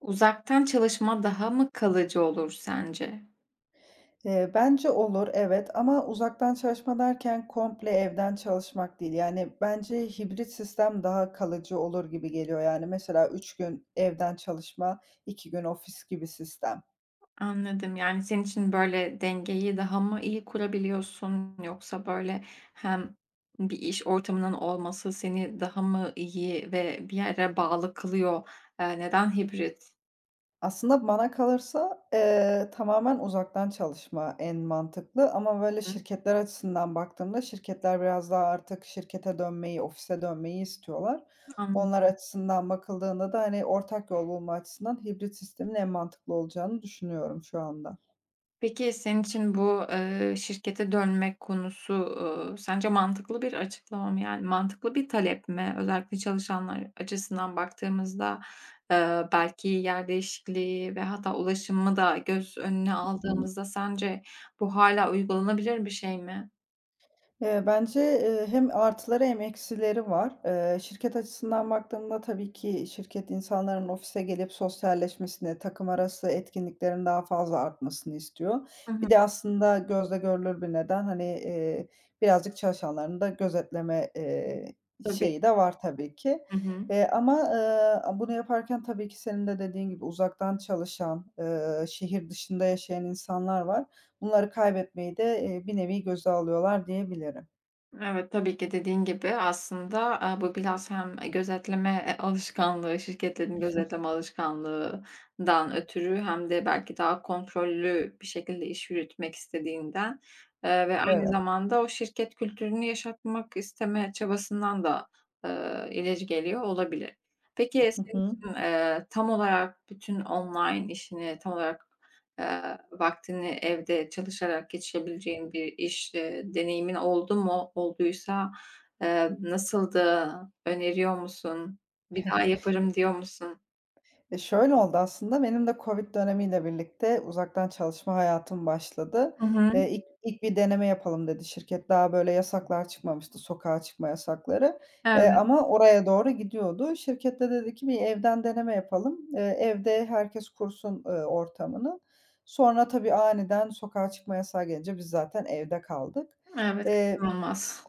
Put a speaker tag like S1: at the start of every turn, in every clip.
S1: Uzaktan çalışma daha mı kalıcı olur sence?
S2: Bence olur, evet, ama uzaktan çalışma derken komple evden çalışmak değil. Yani bence hibrit sistem daha kalıcı olur gibi geliyor. Yani mesela üç gün evden çalışma, iki gün ofis gibi sistem.
S1: Anladım. Yani senin için böyle dengeyi daha mı iyi kurabiliyorsun yoksa böyle hem bir iş ortamının olması seni daha mı iyi ve bir yere bağlı kılıyor? Neden hibrit?
S2: Aslında bana kalırsa, tamamen uzaktan çalışma en mantıklı ama böyle
S1: Hı,
S2: şirketler açısından baktığımda şirketler biraz daha artık şirkete dönmeyi, ofise dönmeyi istiyorlar.
S1: anladım.
S2: Onlar açısından bakıldığında da, hani, ortak yol bulma açısından hibrit sistemin en mantıklı olacağını düşünüyorum şu anda.
S1: Peki, senin için bu, şirkete dönmek konusu, sence mantıklı bir açıklama mı? Yani mantıklı bir talep mi? Özellikle çalışanlar açısından baktığımızda, belki yer değişikliği ve hatta ulaşımı da göz önüne
S2: Hı.
S1: aldığımızda sence bu hala uygulanabilir bir şey mi?
S2: Hem artıları hem eksileri var. Şirket açısından baktığımda tabii ki şirket insanların ofise gelip sosyalleşmesini, takım arası etkinliklerin daha fazla artmasını istiyor.
S1: Hı hı.
S2: Bir de aslında gözle görülür bir neden, hani, birazcık çalışanlarını da gözetleme,
S1: Tabii.
S2: şeyi de var tabii ki.
S1: Hı hı.
S2: Eee, ama, Bunu yaparken tabii ki senin de dediğin gibi uzaktan çalışan, şehir dışında yaşayan insanlar var. Bunları kaybetmeyi de, bir nevi göze alıyorlar diyebilirim.
S1: Evet, tabii ki dediğin gibi aslında, bu biraz hem, gözetleme, alışkanlığı, şirketlerin gözetleme alışkanlığından ötürü hem de belki daha kontrollü bir şekilde iş yürütmek istediğinden, ve aynı
S2: Evet.
S1: zamanda o şirket kültürünü yaşatmak isteme çabasından da, ileri geliyor olabilir. Peki
S2: Hı
S1: senin
S2: hı.
S1: için, tam olarak bütün online işini tam olarak. Vaktini evde çalışarak geçirebileceğin bir iş, deneyimin oldu mu? Olduysa, nasıldı? Öneriyor musun? "Bir daha yaparım." diyor musun?
S2: Şöyle oldu aslında, benim de COVID dönemiyle birlikte uzaktan çalışma hayatım başladı.
S1: Hı hı.
S2: İlk ilk bir deneme yapalım dedi şirket. Daha böyle yasaklar çıkmamıştı, sokağa çıkma yasakları,
S1: Evet,
S2: ama oraya doğru gidiyordu. Şirket de dedi ki, "Bir evden deneme yapalım. Evde herkes kursun, ortamını." Sonra tabii aniden sokağa çıkma yasağı gelince biz zaten evde kaldık.
S1: evet,
S2: Eee
S1: kaçınılmaz.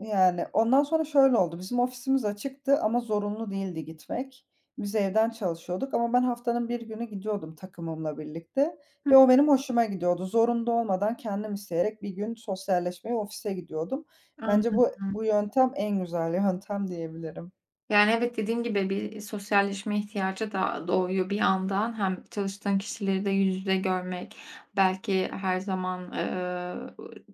S2: Yani, ondan sonra şöyle oldu, bizim ofisimiz açıktı ama zorunlu değildi gitmek. Biz evden çalışıyorduk ama ben haftanın bir günü gidiyordum takımımla birlikte
S1: Hı,
S2: ve o benim hoşuma gidiyordu. Zorunda olmadan kendim isteyerek bir gün sosyalleşmeye ofise gidiyordum. Bence
S1: anladım.
S2: bu yöntem en güzel yöntem diyebilirim.
S1: Yani, evet, dediğin gibi bir sosyalleşme ihtiyacı da doğuyor bir yandan. Hem çalıştığın kişileri de yüz yüze görmek, belki her zaman,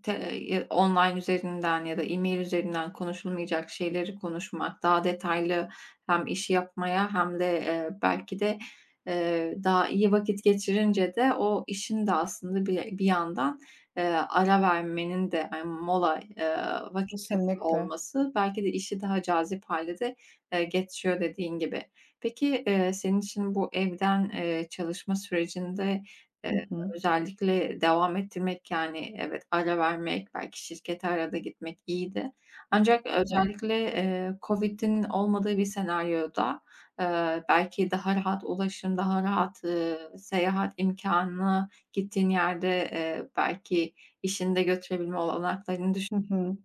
S1: te online üzerinden ya da e-mail üzerinden konuşulmayacak şeyleri konuşmak, daha detaylı hem işi yapmaya hem de, belki de, daha iyi vakit geçirince de o işin de aslında bir yandan, eee, ara vermenin de, mola, vakitlerinin
S2: Kesinlikle.
S1: olması belki de işi daha cazip hale de geçiyor dediğin gibi. Peki, senin için bu evden, çalışma sürecinde,
S2: Hı
S1: eee,
S2: hı.
S1: özellikle devam ettirmek, yani, evet, ara vermek, belki şirkete arada gitmek iyiydi. Ancak
S2: E
S1: özellikle, COVID'in olmadığı bir senaryoda, belki daha rahat ulaşım, daha rahat, seyahat imkanı gittiğin yerde, belki işini de götürebilme olanaklarını düşün.
S2: Hı hı.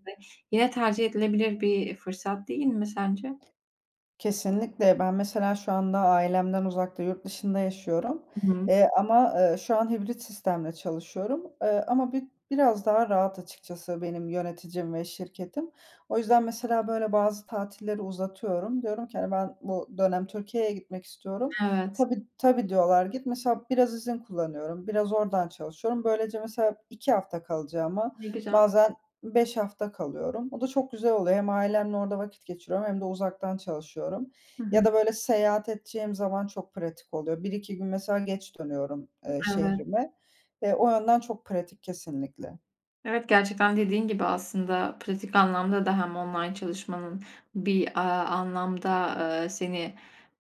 S1: Yine tercih edilebilir bir fırsat değil mi sence?
S2: Kesinlikle. Ben mesela şu anda ailemden uzakta, yurt dışında yaşıyorum,
S1: Hı.
S2: şu an hibrit sistemle çalışıyorum, ama biraz daha rahat açıkçası benim yöneticim ve şirketim. O yüzden mesela böyle bazı tatilleri uzatıyorum. Diyorum ki, hani, ben bu dönem Türkiye'ye gitmek istiyorum.
S1: Evet,
S2: "Tabii, tabii." diyorlar, "Git." Mesela biraz izin kullanıyorum, biraz oradan çalışıyorum. Böylece mesela 2 hafta kalacağıma
S1: ne güzel.
S2: bazen beş hafta kalıyorum. O da çok güzel oluyor. Hem ailemle orada vakit geçiriyorum hem de uzaktan çalışıyorum.
S1: Hı hı,
S2: Ya da böyle seyahat edeceğim zaman çok pratik oluyor. Bir iki gün mesela geç dönüyorum,
S1: evet.
S2: şehrime. O yönden çok pratik kesinlikle.
S1: Evet, gerçekten dediğin gibi aslında pratik anlamda da hem online çalışmanın bir, anlamda, seni,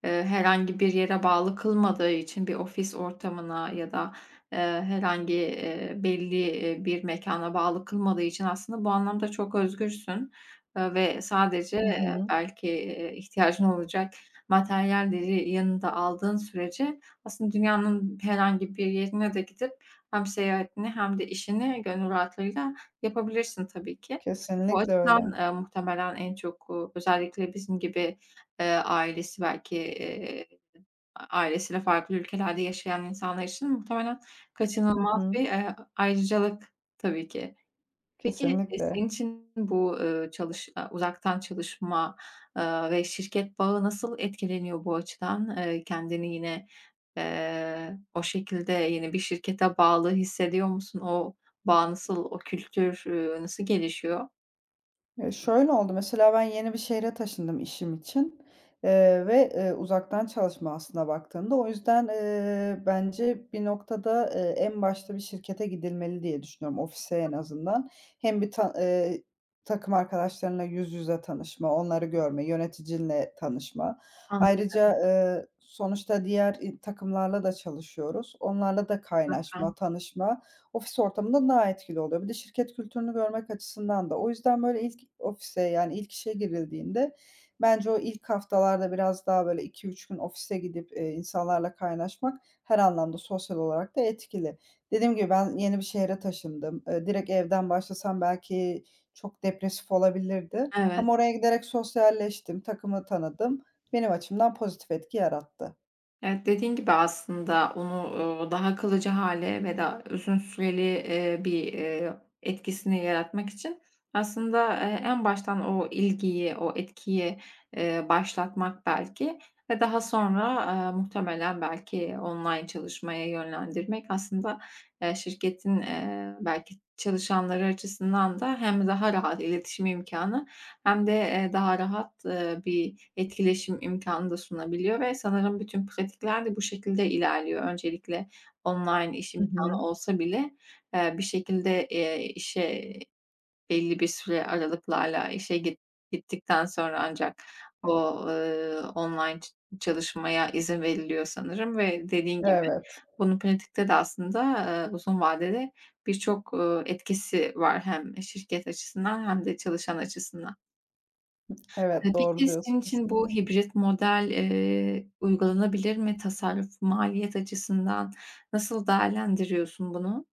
S1: herhangi bir yere bağlı kılmadığı için bir ofis ortamına ya da, herhangi, belli, bir mekana bağlı kılmadığı için aslında bu anlamda çok özgürsün, ve sadece,
S2: Hı hı.
S1: belki, ihtiyacın olacak materyalleri yanında aldığın sürece aslında dünyanın herhangi bir yerine de gidip hem seyahatini hem de işini gönül rahatlığıyla yapabilirsin tabii ki. Bu
S2: Kesinlikle
S1: açıdan,
S2: öyle.
S1: muhtemelen en çok, özellikle bizim gibi, ailesi belki, a ailesiyle farklı ülkelerde yaşayan insanlar için muhtemelen
S2: Hı
S1: kaçınılmaz
S2: hı.
S1: bir, ayrıcalık tabii ki. Peki,
S2: Kesinlikle.
S1: senin için bu, uzaktan çalışma, ve şirket bağı nasıl etkileniyor bu açıdan? Kendini yine, o şekilde yeni bir şirkete bağlı hissediyor musun? O bağ nasıl, o kültür, nasıl gelişiyor?
S2: Şöyle oldu, mesela ben yeni bir şehre taşındım işim için, uzaktan çalışma aslında baktığında. O yüzden, bence bir noktada, en başta bir şirkete gidilmeli diye düşünüyorum, ofise en azından. Hem bir ta Takım arkadaşlarınla yüz yüze tanışma, onları görme, yöneticinle tanışma. Ayrıca, sonuçta diğer takımlarla da çalışıyoruz. Onlarla da
S1: Anladım.
S2: kaynaşma, tanışma ofis ortamında daha etkili oluyor. Bir de şirket kültürünü görmek açısından da. O yüzden, böyle, ilk ofise, yani, ilk işe girildiğinde bence o ilk haftalarda biraz daha, böyle, iki üç gün ofise gidip, insanlarla kaynaşmak her anlamda sosyal olarak da etkili. Dediğim gibi ben yeni bir şehre taşındım. Direkt evden başlasam belki çok depresif olabilirdi ama
S1: Evet.
S2: oraya giderek sosyalleştim, takımı tanıdım. Benim açımdan pozitif etki yarattı.
S1: Evet, dediğin gibi aslında onu, daha kalıcı hale ve daha uzun süreli, bir, etkisini yaratmak için aslında, en baştan o ilgiyi, o etkiyi, başlatmak belki ve daha sonra, muhtemelen belki online çalışmaya yönlendirmek aslında şirketin, belki çalışanları açısından da hem daha rahat iletişim imkanı hem de, daha rahat, bir etkileşim imkânı da sunabiliyor ve sanırım bütün pratikler de bu şekilde ilerliyor. Öncelikle online iş
S2: Hı hı.
S1: imkanı olsa bile, bir şekilde, işe belli bir süre aralıklarla işe gittikten sonra ancak o, online çalışmaya izin veriliyor sanırım ve dediğin gibi
S2: Evet.
S1: bunun pratikte de aslında, uzun vadede birçok, etkisi var hem şirket açısından hem de çalışan açısından.
S2: Evet, doğru
S1: Peki senin
S2: diyorsun
S1: için bu
S2: kesinlikle.
S1: hibrit model, uygulanabilir mi? Tasarruf, maliyet açısından nasıl değerlendiriyorsun bunu?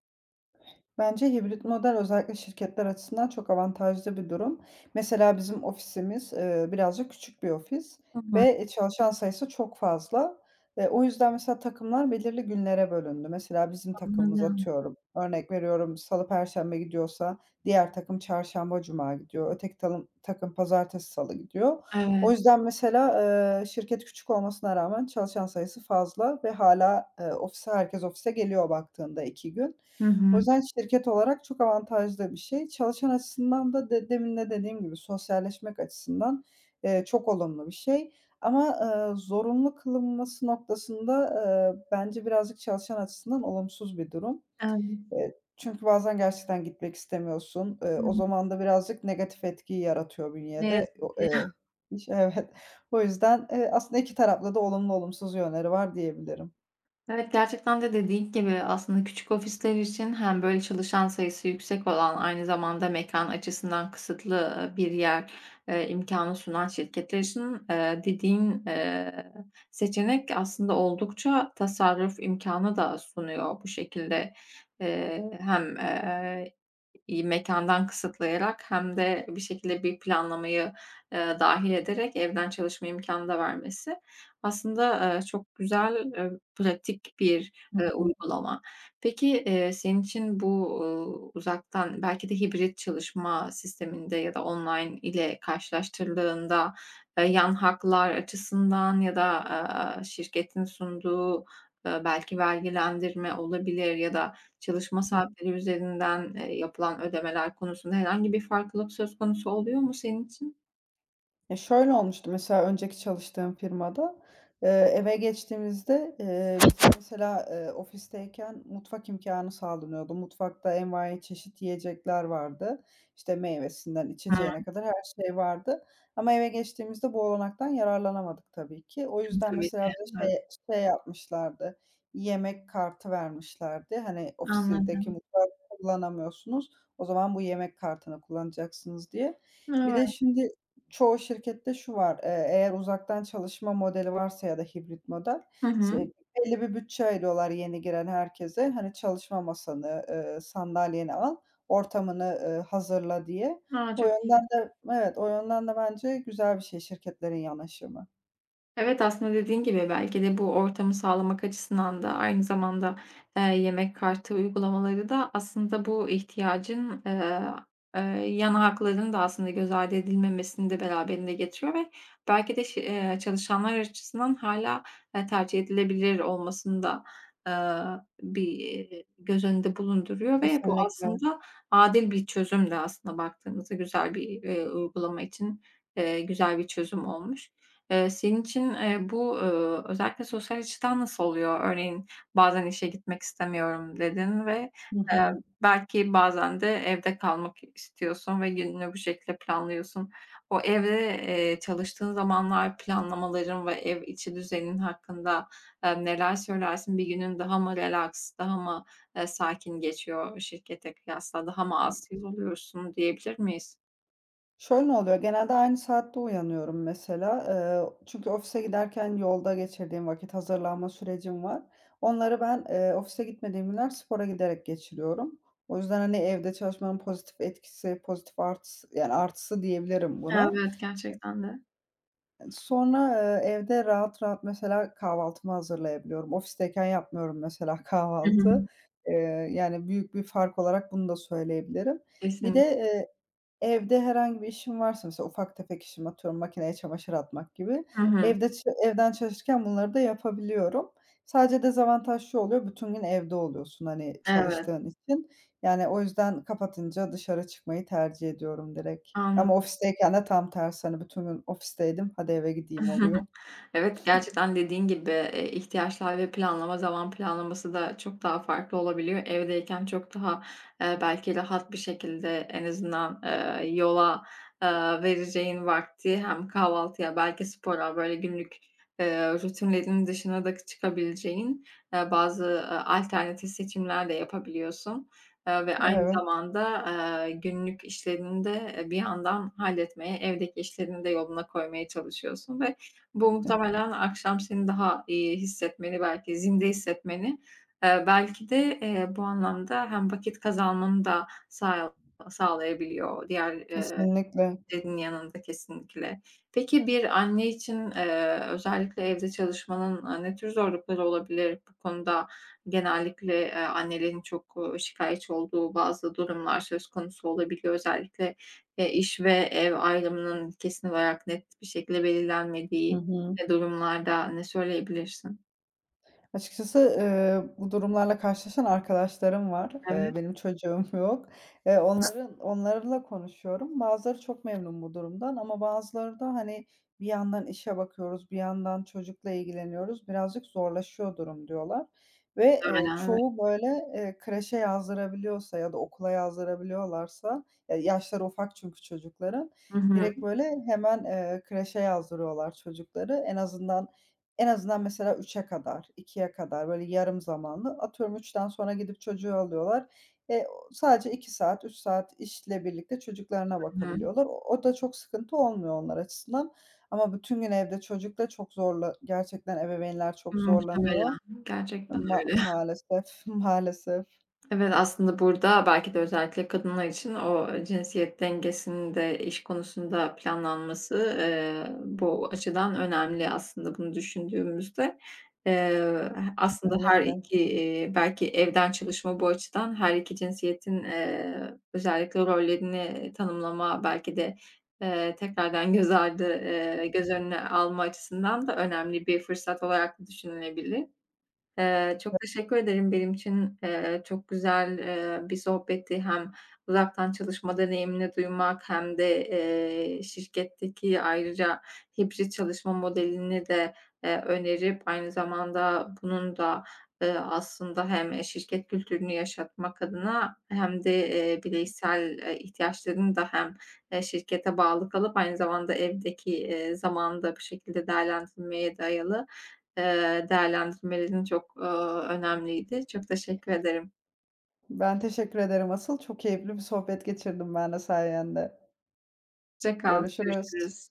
S2: Bence hibrit model özellikle şirketler açısından çok avantajlı bir durum. Mesela bizim ofisimiz, birazcık küçük bir ofis
S1: Hı hı,
S2: ve çalışan sayısı çok fazla. O yüzden mesela takımlar belirli günlere bölündü. Mesela bizim takımımız,
S1: anladım.
S2: atıyorum, örnek veriyorum, salı, perşembe gidiyorsa diğer takım çarşamba, cuma gidiyor. Öteki takım pazartesi, salı gidiyor.
S1: Evet.
S2: O yüzden mesela, şirket küçük olmasına rağmen çalışan sayısı fazla ve hala ofise herkes ofise geliyor baktığında 2 gün.
S1: Hı
S2: O
S1: hı.
S2: yüzden şirket olarak çok avantajlı bir şey. Çalışan açısından da demin de dediğim gibi sosyalleşmek açısından, çok olumlu bir şey ama, zorunlu kılınması noktasında, bence birazcık çalışan açısından olumsuz bir durum.
S1: Evet.
S2: Çünkü bazen gerçekten gitmek istemiyorsun.
S1: Hı
S2: O
S1: hı.
S2: zaman da birazcık negatif etkiyi yaratıyor
S1: Ne
S2: bünyede.
S1: yazık
S2: O,
S1: ki.
S2: iş Evet. O yüzden, aslında iki taraflı da olumlu olumsuz yönleri var diyebilirim.
S1: Evet, gerçekten de dediğin gibi aslında küçük ofisler için hem böyle çalışan sayısı yüksek olan, aynı zamanda mekan açısından kısıtlı, bir yer, imkânı sunan şirketler için, dediğin, seçenek aslında oldukça tasarruf imkanı da sunuyor bu şekilde. Hem, mekândan kısıtlayarak hem de bir şekilde bir planlamayı, dâhil ederek evden çalışma imkânı da vermesi aslında, çok güzel, pratik bir,
S2: Hı hı.
S1: uygulama. Peki, senin için bu, uzaktan belki de hibrit çalışma sisteminde ya da online ile karşılaştırıldığında, yan haklar açısından ya da, şirketin sunduğu, belki vergilendirme olabilir ya da çalışma
S2: Hı.
S1: saatleri üzerinden, yapılan ödemeler konusunda herhangi bir farklılık söz konusu oluyor mu senin için?
S2: Ya, şöyle olmuştu mesela önceki çalıştığım firmada, eve geçtiğimizde, bize mesela, ofisteyken mutfak imkanı sağlanıyordu. Mutfakta envai çeşit yiyecekler vardı. İşte, meyvesinden
S1: Hıı.
S2: içeceğine kadar her şey vardı ama eve geçtiğimizde bu olanaktan yararlanamadık tabii ki. O yüzden
S1: Tabii ki.
S2: mesela bize
S1: Evet.
S2: şey yapmışlardı, yemek kartı vermişlerdi. Hani, ofisteki
S1: Anladım.
S2: mutfağı kullanamıyorsunuz, o zaman bu yemek kartını kullanacaksınız diye. Bir
S1: Evet.
S2: de şimdi çoğu şirkette şu var, eğer uzaktan çalışma modeli varsa ya da hibrit model,
S1: Hı hı.
S2: se belli bir bütçe ayırıyorlar yeni giren herkese. Hani çalışma masanı, sandalyeni al, ortamını, hazırla diye.
S1: A,
S2: O
S1: çok iyi.
S2: yönden de evet, o yönden de bence güzel bir şey şirketlerin yanaşımı.
S1: Evet, aslında dediğin gibi belki de bu ortamı sağlamak açısından da aynı zamanda, yemek kartı uygulamaları da aslında bu ihtiyacın, eee, yan hakların da aslında göz ardı edilmemesini de beraberinde getiriyor ve belki de şi çalışanlar açısından hala tercih edilebilir olmasını da, eee, bir, göz önünde bulunduruyor ve bu
S2: Kesinlikle.
S1: aslında adil bir çözüm de aslında baktığımızda güzel bir, uygulama için, güzel bir çözüm olmuş. Senin için, bu, özellikle sosyal açıdan nasıl oluyor? Örneğin, "Bazen işe gitmek istemiyorum." dedin ve,
S2: Hı
S1: eee,
S2: hı.
S1: belki bazen de evde kalmak istiyorsun ve gününü bu şekilde planlıyorsun. O evde, çalıştığın zamanlar planlamaların ve ev içi düzenin hakkında, neler söylersin? Bir günün daha mı relax, daha mı, sakin geçiyor şirkete kıyasla? Daha mı az yoruluyorsun diyebilir miyiz?
S2: Şöyle oluyor, genelde aynı saatte uyanıyorum mesela. Çünkü ofise giderken yolda geçirdiğim vakit, hazırlanma sürecim var. Onları ben, ofise gitmediğim günler spora giderek geçiriyorum. O yüzden, hani, evde çalışmanın pozitif etkisi, pozitif artısı, yani, artısı diyebilirim buna.
S1: Evet, gerçekten de.
S2: Sonra, evde rahat rahat mesela kahvaltımı hazırlayabiliyorum. Ofisteyken yapmıyorum mesela
S1: Hı hı.
S2: kahvaltı. Eee, Yani, büyük bir fark olarak bunu da söyleyebilirim. Bir de,
S1: Kesinlikle.
S2: eee Evde herhangi bir işim varsa mesela ufak tefek işim, atıyorum makineye çamaşır atmak gibi,
S1: Hı hı.
S2: evden çalışırken bunları da yapabiliyorum. Sadece dezavantaj şu oluyor, bütün gün evde oluyorsun, hani,
S1: Evet,
S2: çalıştığın için. Yani o yüzden kapatınca dışarı çıkmayı tercih ediyorum direkt.
S1: anladım.
S2: Ama ofisteyken de tam tersi, hani, bütün gün ofisteydim, hadi eve gideyim oluyor.
S1: Evet, gerçekten dediğin gibi, ihtiyaçlar ve planlama, zaman planlaması da çok daha farklı olabiliyor. Evdeyken çok daha, belki rahat bir şekilde en azından, yola, eee, vereceğin vakti hem kahvaltıya belki spora böyle günlük, rutinlerin dışına da çıkabileceğin, bazı, alternatif seçimler de yapabiliyorsun, ve aynı
S2: Evet,
S1: zamanda, günlük işlerini de, bir yandan halletmeye, evdeki işlerini de yoluna koymaya çalışıyorsun ve bu muhtemelen akşam seni daha iyi hissetmeni, belki zinde hissetmeni, belki de, bu anlamda hem vakit kazanmanı da sağlayabiliyor. Diğer,
S2: kesinlikle.
S1: senin yanında kesinlikle. Peki bir anne için, özellikle evde çalışmanın, ne tür zorlukları olabilir? Bu konuda genellikle, annelerin çok, şikâyetçi olduğu bazı durumlar söz konusu olabiliyor. Özellikle, iş ve ev ayrımının kesin olarak net bir şekilde
S2: Hı
S1: belirlenmediği,
S2: hı.
S1: durumlarda ne söyleyebilirsin?
S2: Açıkçası, bu durumlarla karşılaşan arkadaşlarım var.
S1: Evet,
S2: Benim çocuğum yok. Onların onlarla konuşuyorum. Bazıları çok memnun bu durumdan ama bazıları da, hani, bir yandan işe bakıyoruz, bir yandan çocukla ilgileniyoruz, birazcık zorlaşıyor durum diyorlar ve,
S1: aynen, evet.
S2: çoğu böyle, kreşe yazdırabiliyorsa ya da okula yazdırabiliyorlarsa, ya, yaşları ufak çünkü çocukların,
S1: Hı hı,
S2: direkt böyle hemen, kreşe yazdırıyorlar çocukları. En azından mesela 3'e kadar, 2'ye kadar, böyle, yarım zamanlı. Atıyorum 3'ten sonra gidip çocuğu alıyorlar. O sadece 2 saat, 3 saat işle birlikte çocuklarına
S1: hı hı.
S2: bakabiliyorlar. O da çok sıkıntı olmuyor onlar açısından ama bütün gün evde çocukla çok zorla gerçekten ebeveynler çok zorlanıyor.
S1: Muhtemelen. Gerçekten
S2: Ma
S1: öyle.
S2: maalesef, maalesef.
S1: Evet, aslında burada belki de özellikle kadınlar için o cinsiyet dengesinin de iş konusunda planlanması, bu açıdan önemli aslında bunu düşündüğümüzde. Eee, Aslında her
S2: Kesinlikle.
S1: 2 belki evden çalışma bu açıdan her 2 cinsiyetin, özellikle rollerini tanımlama belki de, tekrardan göz ardı, göz önüne alma açısından da önemli bir fırsat olarak da düşünülebilir. Çok teşekkür ederim. Benim için, çok güzel, bir sohbetti. Hem uzaktan çalışma deneyimini duymak hem de, şirketteki ayrıca hibrit çalışma modelini de, önerip aynı zamanda bunun da, aslında hem, şirket kültürünü yaşatmak adına hem de, bireysel, ihtiyaçlarını da hem, şirkete bağlı kalıp aynı zamanda evdeki, zamanı da bu şekilde değerlendirmeye dayalı değerlendirmelerin çok, önemliydi. Çok teşekkür ederim.
S2: Ben teşekkür ederim asıl. Çok keyifli bir sohbet geçirdim ben de sayende.
S1: Hoşça kal,
S2: Görüşürüz.
S1: görüşürüz.